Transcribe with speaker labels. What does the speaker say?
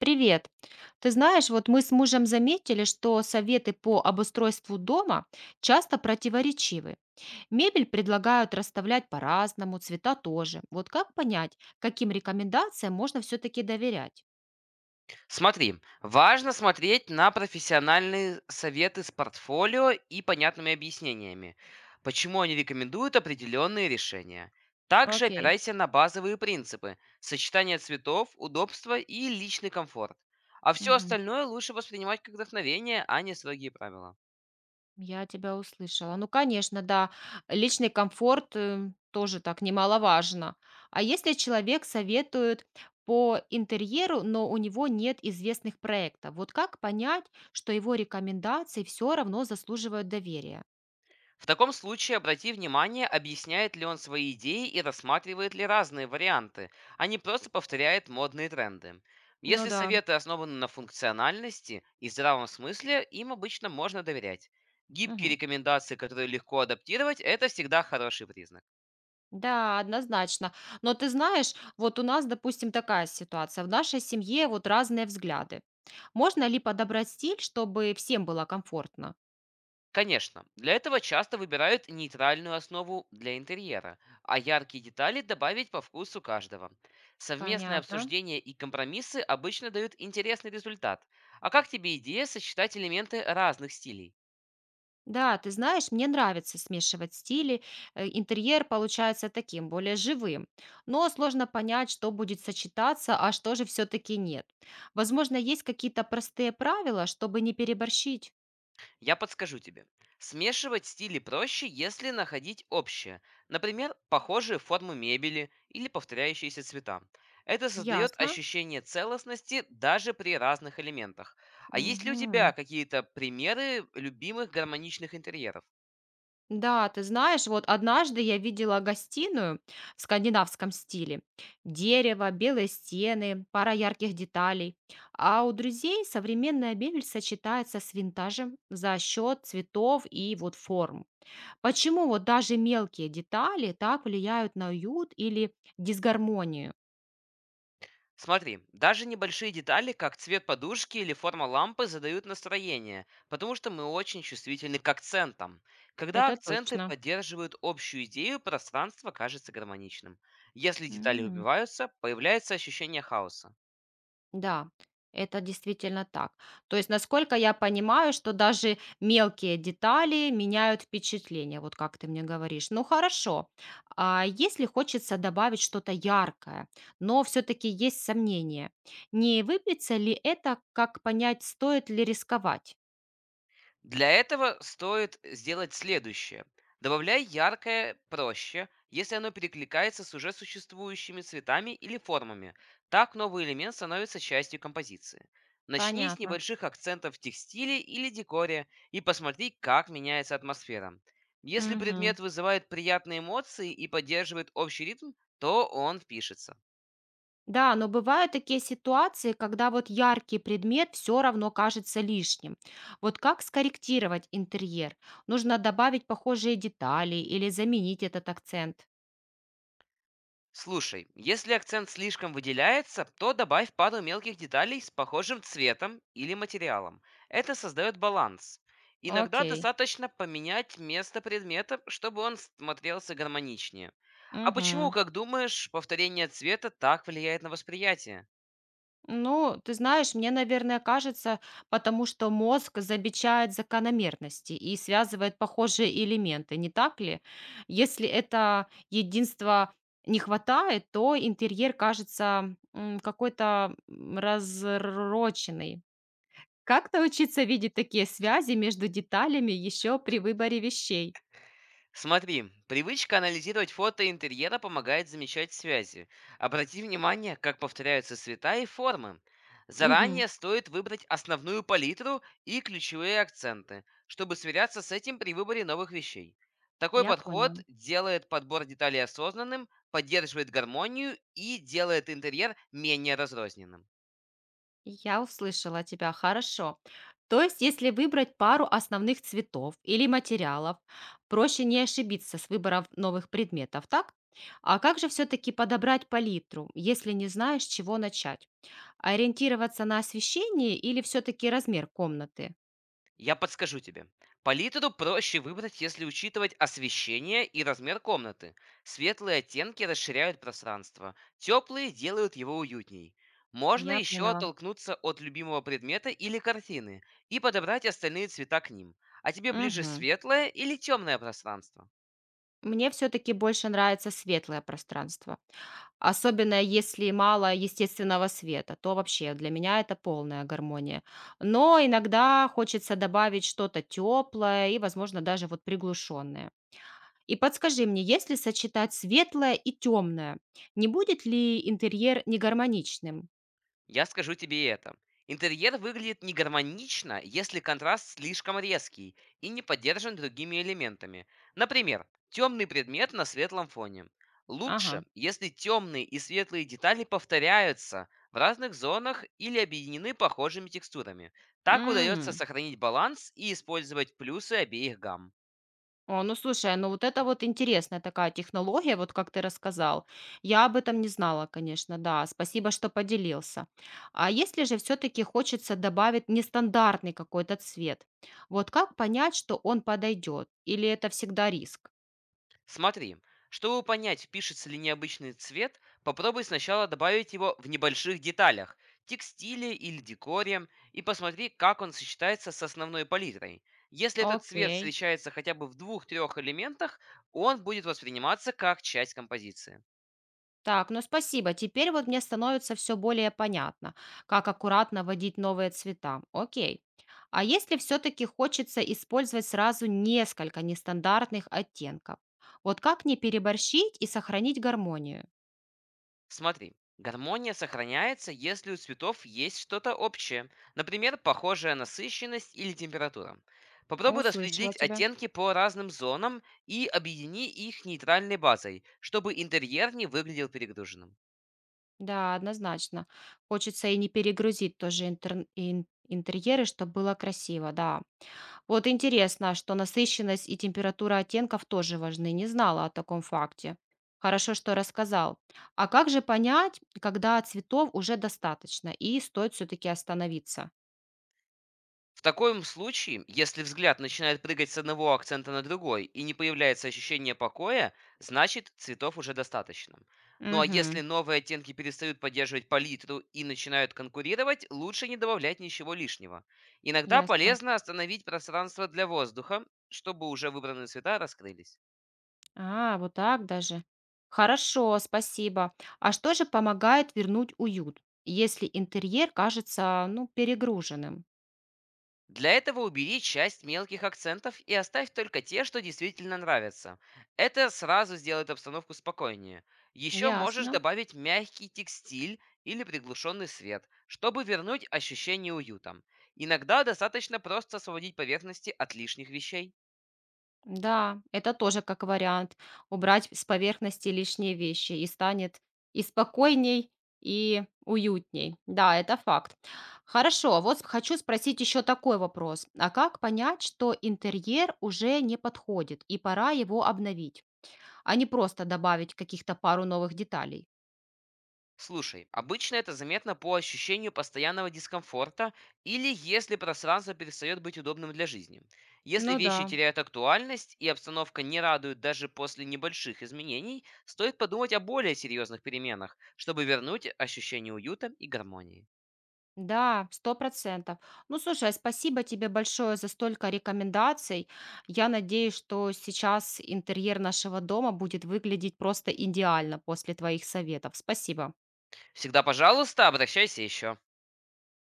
Speaker 1: Привет. Ты знаешь, вот мы с мужем заметили, что советы по обустройству дома часто противоречивы. Мебель предлагают расставлять по-разному, цвета тоже. Вот как понять, каким рекомендациям можно все-таки доверять?
Speaker 2: Смотри, важно смотреть на профессиональные советы с портфолио и понятными объяснениями, почему они рекомендуют определенные решения. Также
Speaker 1: Окей.
Speaker 2: опирайся на базовые принципы– сочетание цветов, удобство и личный комфорт. А все остальное лучше воспринимать как вдохновение, а не строгие правила.
Speaker 1: Я тебя услышала. Ну, конечно, да, личный комфорт тоже так немаловажно. А если человек советует по интерьеру, но у него нет известных проектов, вот как понять, что его рекомендации все равно заслуживают доверия?
Speaker 2: В таком случае обрати внимание, объясняет ли он свои идеи и рассматривает ли разные варианты, а не просто повторяет модные тренды.
Speaker 1: Ну
Speaker 2: Если
Speaker 1: да.
Speaker 2: советы основаны на функциональности и здравом смысле, им обычно можно доверять. Гибкие
Speaker 1: Мгм.
Speaker 2: рекомендации, которые легко адаптировать, это всегда хороший признак.
Speaker 1: Да, однозначно. Но ты знаешь, вот у нас, допустим, такая ситуация. В нашей семье вот разные взгляды. Можно ли подобрать стиль, чтобы всем было комфортно?
Speaker 2: Конечно, для этого часто выбирают нейтральную основу для интерьера, а яркие детали добавить по вкусу каждого. Совместное
Speaker 1: Понятно.
Speaker 2: обсуждение и компромиссы обычно дают интересный результат. А как тебе идея сочетать элементы разных стилей?
Speaker 1: Да, ты знаешь, мне нравится смешивать стили, интерьер получается таким, более живым. Но сложно понять, что будет сочетаться, а что же все-таки нет. Возможно, есть какие-то простые правила, чтобы не переборщить.
Speaker 2: Я подскажу тебе. Смешивать стили проще, если находить общее. Например, похожие формы мебели или повторяющиеся цвета. Это создает
Speaker 1: Ясно?
Speaker 2: ощущение целостности даже при разных элементах. А есть ли у тебя
Speaker 1: Мгм.
Speaker 2: какие-то примеры любимых гармоничных интерьеров?
Speaker 1: Да, ты знаешь, вот однажды я видела гостиную в скандинавском стиле. Дерево, белые стены, пара ярких деталей. А у друзей современная мебель сочетается с винтажем за счет цветов и вот форм. Почему вот даже мелкие детали так влияют на уют или дисгармонию?
Speaker 2: Смотри, даже небольшие детали, как цвет подушки или форма лампы, задают настроение, потому что мы очень чувствительны к акцентам. Когда
Speaker 1: Это
Speaker 2: акценты
Speaker 1: точно.
Speaker 2: поддерживают общую идею, пространство кажется гармоничным. Если детали выбиваются, появляется ощущение хаоса.
Speaker 1: Да, это действительно так. То есть, насколько я понимаю, что даже мелкие детали меняют впечатление, вот как ты мне говоришь. Ну хорошо, а если хочется добавить что-то яркое, но все-таки есть сомнения, не выбьется ли это, как понять, стоит ли рисковать?
Speaker 2: Для этого стоит сделать следующее. Добавляй яркое проще, если оно перекликается с уже существующими цветами или формами. Так новый элемент становится частью композиции. Начни с
Speaker 1: Понятно.
Speaker 2: небольших акцентов в текстиле или декоре и посмотри, как меняется атмосфера. Если предмет вызывает приятные эмоции и поддерживает общий ритм, то он впишется.
Speaker 1: Да, но бывают такие ситуации, когда вот яркий предмет все равно кажется лишним. Вот как скорректировать интерьер? Нужно добавить похожие детали или заменить этот акцент.
Speaker 2: Слушай, если акцент слишком выделяется, то добавь пару мелких деталей с похожим цветом или материалом. Это создает баланс. Иногда
Speaker 1: Окей.
Speaker 2: достаточно поменять место предмета, чтобы он смотрелся гармоничнее. А почему,
Speaker 1: Мгм.
Speaker 2: как думаешь, повторение цвета так влияет на восприятие?
Speaker 1: Ну, ты знаешь, мне, наверное, кажется, потому что мозг замечает закономерности и связывает похожие элементы, не так ли? Если это единство не хватает, то интерьер кажется какой-то разроченный. Как научиться видеть такие связи между деталями еще при выборе вещей?
Speaker 2: Смотри, привычка анализировать фото интерьера помогает замечать связи. Обрати внимание, как повторяются цвета и формы.
Speaker 1: Мгм,
Speaker 2: Заранее стоит выбрать основную палитру и ключевые акценты, чтобы сверяться с этим при выборе новых вещей. Такой
Speaker 1: я поняла.
Speaker 2: подход делает подбор деталей осознанным, поддерживает гармонию и делает интерьер менее разрозненным.
Speaker 1: Я услышала тебя, хорошо. То есть, если выбрать пару основных цветов или материалов, проще не ошибиться с выбором новых предметов, так? А как же все-таки подобрать палитру, если не знаешь, с чего начать? Ориентироваться на освещение или все-таки размер комнаты?
Speaker 2: Я подскажу тебе. Палитру проще выбрать, если учитывать освещение и размер комнаты. Светлые оттенки расширяют пространство, теплые делают его уютней. Можно
Speaker 1: Я
Speaker 2: еще
Speaker 1: поняла.
Speaker 2: оттолкнуться от любимого предмета или картины и подобрать остальные цвета к ним. А тебе ближе
Speaker 1: Мгм.
Speaker 2: светлое или темное пространство?
Speaker 1: Мне все-таки больше нравится светлое пространство. Особенно если мало естественного света, то вообще для меня это полная гармония. Но иногда хочется добавить что-то теплое и, возможно, даже вот приглушенное. И подскажи мне, если сочетать светлое и темное, не будет ли интерьер негармоничным?
Speaker 2: Я скажу тебе это. Интерьер выглядит негармонично, если контраст слишком резкий и не поддержан другими элементами. Например, темный предмет на светлом фоне. Лучше,
Speaker 1: Ага.
Speaker 2: если темные и светлые детали повторяются в разных зонах или объединены похожими текстурами. Так удается сохранить баланс и использовать плюсы обеих гамм.
Speaker 1: О, ну слушай, ну вот это вот интересная такая технология, вот как ты рассказал. Я об этом не знала, конечно, да. Спасибо, что поделился. А если же все-таки хочется добавить нестандартный какой-то цвет, вот как понять, что он подойдет? Или это всегда риск?
Speaker 2: Смотри, чтобы понять, пишется ли необычный цвет, попробуй сначала добавить его в небольших деталях, текстиле или декоре, и посмотри, как он сочетается с основной палитрой. Если этот цвет
Speaker 1: Окей.
Speaker 2: встречается хотя бы в двух-трех элементах, он будет восприниматься как часть композиции.
Speaker 1: Так, ну спасибо. Теперь вот мне становится все более понятно, как аккуратно вводить новые цвета. Окей. А если все-таки хочется использовать сразу несколько нестандартных оттенков? Вот как не переборщить и сохранить гармонию?
Speaker 2: Смотри, гармония сохраняется, если у цветов есть что-то общее, например, похожая насыщенность или температура. Попробуй распределить
Speaker 1: Услышала тебя.
Speaker 2: оттенки по разным зонам и объедини их нейтральной базой, чтобы интерьер не выглядел перегруженным.
Speaker 1: Да, однозначно. Хочется и не перегрузить тоже интерьеры, чтобы было красиво, да. Вот интересно, а что насыщенность и температура оттенков тоже важны. Не знала о таком факте. Хорошо, что рассказал. А как же понять, когда цветов уже достаточно и стоит все-таки остановиться?
Speaker 2: В таком случае, если взгляд начинает прыгать с одного акцента на другой и не появляется ощущение покоя, значит цветов уже достаточно. Ну а если
Speaker 1: Угу,
Speaker 2: новые оттенки перестают поддерживать палитру и начинают конкурировать, лучше не добавлять ничего лишнего. Иногда
Speaker 1: ясно.
Speaker 2: полезно остановить пространство для воздуха, чтобы уже выбранные цвета раскрылись.
Speaker 1: А, вот так даже. Хорошо, спасибо. А что же помогает вернуть уют, если интерьер кажется, ну, перегруженным?
Speaker 2: Для этого убери часть мелких акцентов и оставь только те, что действительно нравятся. Это сразу сделает обстановку спокойнее. Еще можешь
Speaker 1: Ясно.
Speaker 2: добавить мягкий текстиль или приглушенный свет, чтобы вернуть ощущение уюта. Иногда достаточно просто освободить поверхности от лишних вещей.
Speaker 1: Да, это тоже как вариант. Убрать с поверхности лишние вещи и станет и спокойней, и уютней. Да, это факт. Хорошо, хочу спросить еще такой вопрос. А как понять, что интерьер уже не подходит и пора его обновить, а не просто добавить каких-то пару новых деталей?
Speaker 2: Слушай, обычно это заметно по ощущению постоянного дискомфорта или если пространство перестает быть удобным для жизни. Если
Speaker 1: Ну да,
Speaker 2: вещи теряют актуальность и обстановка не радует даже после небольших изменений, стоит подумать о более серьезных переменах, чтобы вернуть ощущение уюта и гармонии.
Speaker 1: да, 100%. Ну, слушай, а спасибо тебе большое за столько рекомендаций. Я надеюсь, что сейчас интерьер нашего дома будет выглядеть просто идеально после твоих советов. Спасибо.
Speaker 2: Всегда, пожалуйста, обращайся еще.